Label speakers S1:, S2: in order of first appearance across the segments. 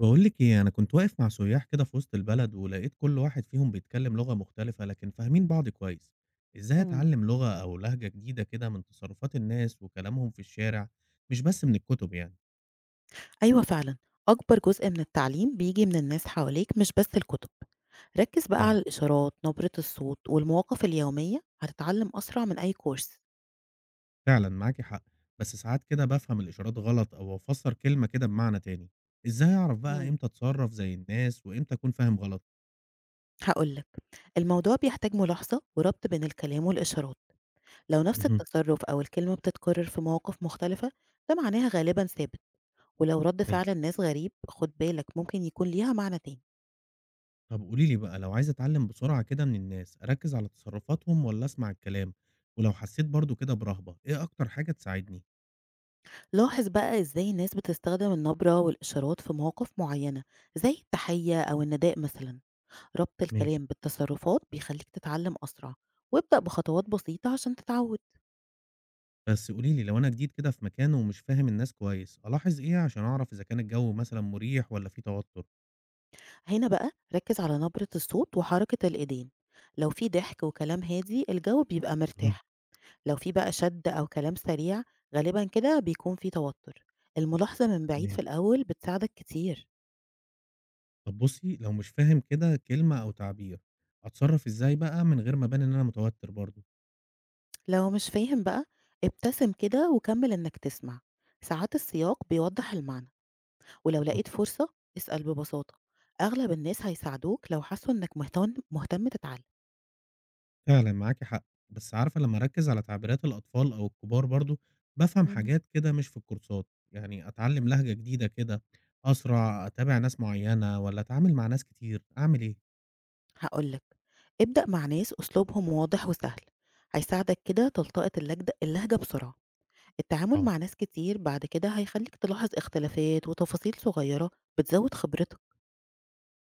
S1: بقول لك ايه، انا كنت واقف مع سياح كده في وسط البلد، ولقيت كل واحد فيهم بيتكلم لغة مختلفة لكن فاهمين بعض كويس. ازاي
S2: إمم.
S1: اتعلم لغة او لهجة جديدة كده من تصرفات الناس وكلامهم في الشارع؟ مش بس من الكتب يعني.
S2: أيوه فعلًا، أكبر جزء من التعليم بييجي من الناس حواليك مش بس الكتب. ركّز بقى على
S1: فعلا.
S2: الإشارات، نبرة الصوت، والمواقف اليومية، هتتعلم أسرع من أي كورس.
S1: فعلا معاكي حق. بس ساعات كده بفهم الاشارات غلط او افسر كلمة كده بمعنى تاني. ازاي اعرف بقى
S2: إمم.
S1: امتى اتصرف زي الناس وامتى اكون فاهم غلط؟
S2: هاقول لك، الموضوع بيحتاج ملاحظة وربط بين الكلام والإشارات، لو نفس
S1: مهم.
S2: التصرف أو الكلمة بتتكرر في مواقف مختلفة، ده معناها غالبًا ثابت، ولو رد فعل الناس غريب خُد بالك ممكن يكون ليها معنى تاني.
S1: طب قولي لي بقى، لو عايز أتعلم بسرعة كده من الناس، أركز على تصرفاتهم والّا أسمع الكلام؟ ولو حسيت برضه كده برهبة، إيه أكتر حاجة تساعدني؟
S2: لاحظ بقى إزاي الناس بتستخدم النبرة والإشارات في مواقف معينة، زي التحية أو النداء مثلًا. ربط
S1: ماشي.
S2: الكلام بالتصرفات بيخليك تتعلم أسرع، وابدأ بخطوات بسيطة عشان تتعود.
S1: بس قولي لي، لو أنا جديد كده في مكان ومش فاهم الناس كويس، ألاحظ إيه عشان أعرف إذا كان الجو مثلًا مريح والّا فيه توتر؟
S2: هنا بقى ركز على نبرة الصوت وحركة الإيدين. لو في ضحك وكلام هادي الجو بيبقى
S1: مهم.
S2: مرتاح، لو في بقى شد أو كلام سريع غالبا كده بيكون في توتر. الملاحظة من بعيد في
S1: تمام.
S2: الأول بتساعدك كتير.
S1: طب بُصي، لو مش فاهم كده كلمة أو تعبير، أتصرف إزاي بقى من غير ما أبان إن أنا متوتر برضه؟
S2: لو مش فاهم بقى ابتسم كده وكمل إنك تسمع، ساعات السياق بيوضح المعنى، ولو لقيت
S1: أوكي.
S2: فرصة اسأل ببساطة. أغلب الناس هيساعدوك لو حسوا إنك مهتم مهتم تتعلم.
S1: فعلًا معاكِ حق. بس عارفة، لمّا أركّز على تعبيرات الأطفال أو الكبار برضه، بافهم
S2: إمم.
S1: حاجات كده مش في الكورسات. يعني أتعلّم لهجة جديدة كده أسرع، أتابع ناس معيّنة والّا أتعامل مع ناس كتير، أعمل إيه؟
S2: هاقول لك، ابدأ مع ناس أسلوبهم واضح وسهل، هيساعدك كده تلتقط اللهجة بسرعة. التعامل مع
S1: حاضر.
S2: ناس كتير بعد كده هيخليك تلاحظ اختلافات وتفاصيل صغيرة بتزود خبرتك.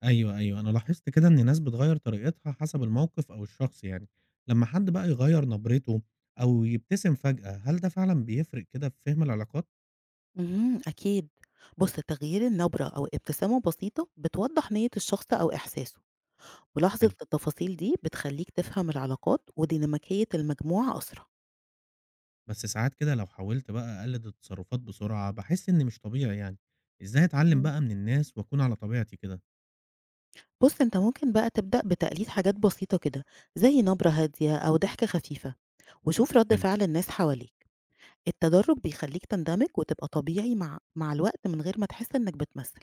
S1: أيوه، أيوه، أنا لاحظت كده إن الناس بتغيّر طريقتها حسب الموقف أو الشخص يعني. لمّا حد بقى يغيّر نبرته أو يبتسم فجأة، هل ده فعلًا بيفرق كده في فهم العلاقات؟
S2: اهم، أكيد. بُص، تغيير النبرة أو ابتسامة بسيطة بتوضح نية الشخص أو إحساسه، ملاحظة
S1: حلو.
S2: التفاصيل دي بتخليك تفهم العلاقات وديناميكية المجموعة أسرع.
S1: بس ساعات كده لو حاولت بقى أقلد التصرفات بسرعة، باحس إني مش طبيعي يعني. إزاي أتعلم
S2: إمم.
S1: بقى من الناس وأكون على طبيعتي كده؟
S2: بُص، أنت ممكن بقى تبدأ بتقليد حاجات بسيطة كده، زي نبرة هادية أو ضحكة خفيفة، وشوف رد
S1: حلو.
S2: فعل الناس حواليك. التدرج بيخليك تندمج وتبقى طبيعي مع الوقت من غير ما تحس إنك بتمثل.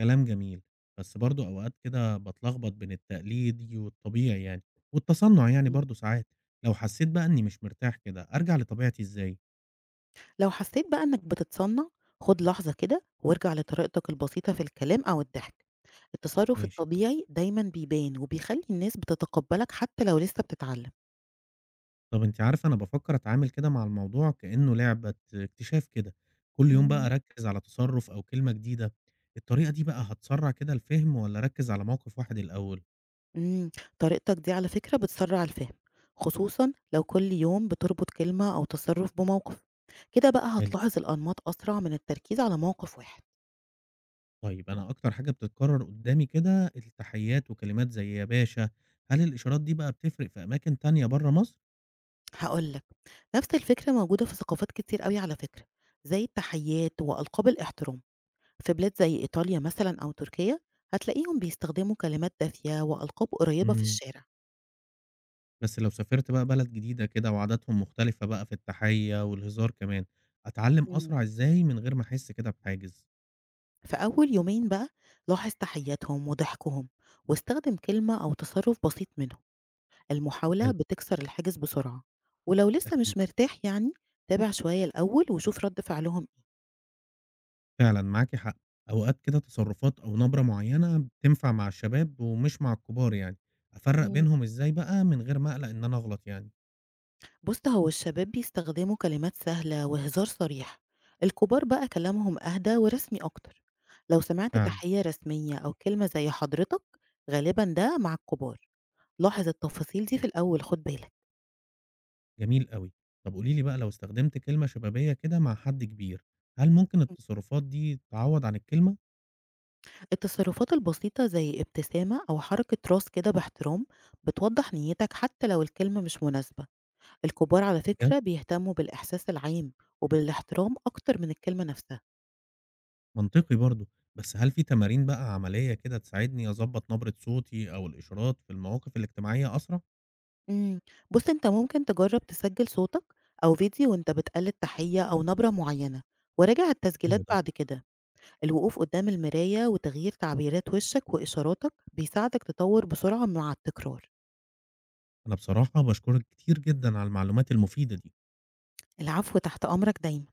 S1: كلام جميل. بس برضه أوقات كده باتلخبط بين التقليدي والطبيعي يعني، والتصنع يعني
S2: إمم.
S1: برضه ساعات. لو حسيت بقى إني مش مرتاح كده، أرجع لطبيعتي إزاي؟
S2: لو حسيت بقى إنك بتتصنع، خد لحظة كده وارجع لطريقتك البسيطة في الكلام أو الضحك. التصرف
S1: ماشي.
S2: الطبيعي دايمًا بيبان وبيخلي الناس بتتقبلك حتى لو لسه بتتعلم.
S1: طب أنتِ عارفة، أنا بافكر أتعامل كده مع الموضوع كإنه لعبة اكتشاف كده، كل يوم بقى
S2: إمم.
S1: أركز على تصرف أو كلمة جديدة. الطريقة دي بقى هتسرع كده الفهم والّا أركز على موقف واحد الأول؟
S2: إمم، طريقتك دي على فكرة بتسرّع الفهم، خصوصًا لو كل يوم بتربط كلمة أو تصرُّف بموقف، كده بقى
S1: حلو.
S2: هتلاحظ الأنماط أسرع من التركيز على موقف واحد.
S1: طيب أنا أكتر حاجة بتتكرر قدّامي كده التحيّات وكلمات زي يا باشا. هل الإشارات دي بقى بتفرق في أماكن تانية برّه مصر؟
S2: هاقول لك، نفس الفكرة موجودة في ثقافات كتير أوي على فكرة، زي التحيّات وألقاب الاحترام، في بلاد زي إيطاليا مثلًا أو تركيا هتلاقيهم بيستخدموا كلمات دافية وألقاب قريّبة في
S1: إمم.
S2: الشارع.
S1: بس لو سافرت بقى بلد جديدة كده وعاداتهم مختلفة بقى في التحيّة والهزار كمان، أتعلّم
S2: إمم.
S1: أسرع إزاي من غير ما أحس كده بحاجز؟
S2: في أول يومين بقى لاحظ تحيّاتهم وضحكهم، واستخدم كلمة أو تصرُّف بسيط منهم. المحاولة
S1: حلو.
S2: بتكسر الحاجز بسرعة، ولو لسه مش
S1: أكيد.
S2: مرتاح يعني تابع شوية الأول وشوف رد فعلهم.
S1: فعلًا معاكِ حق. أوقات كده تصرفات أو نبرة معيّنة بتنفع مع الشباب ومش مع الكبار يعني.
S2: إيه
S1: أفرّق
S2: مم.
S1: بينهم إزاي بقى من غير ما أقلق إن أنا أغلط يعني؟
S2: بص هو الشباب بيستخدموا كلمات سهلة وهزار صريح، الكبار بقى كلامهم أهدى ورسمي أكتر. لو سمعت
S1: فعلًا.
S2: تحية رسمية أو كلمة زي حضرتك غالبا ده مع الكبار. لاحظ التفاصيل دي في الأول خد بالك.
S1: جميل أوي. طب قولي لي بقى، لو استخدمت كلمة شبابية كده مع حد كبير، هل ممكن
S2: مم.
S1: التصرفات دي تعوّض عن الكلمة؟
S2: التصرفات البسيطة زي ابتسامة أو حركة راس كده باحترام بتوضح نيتك حتى لو الكلمة مش مناسبة. الكبار على
S1: بجد؟
S2: فكرة بيهتموا بالإحساس العام وبالاحترام أكتر من الكلمة نفسها.
S1: منطقي برضه. بس هل في تمارين بقى عملية كده تساعدني أضبط نبرة صوتي أو الإشارات في المواقف الاجتماعية أسرع؟
S2: مم. بص أنت ممكن تجرب تسجل صوتك أو فيديو وأنت بتقلد تحية أو نبرة معينة، وراجع التسجيلات
S1: حلو ده.
S2: بعد كده. الوقوف قدام المراية وتغيير تعبيرات وشك وإشاراتك بيساعدك تطور بسرعة مع التكرار.
S1: أنا بصراحة باشكرك كتير جدًا على المعلومات المفيدة دي.
S2: العفو تحت أمرك دايما.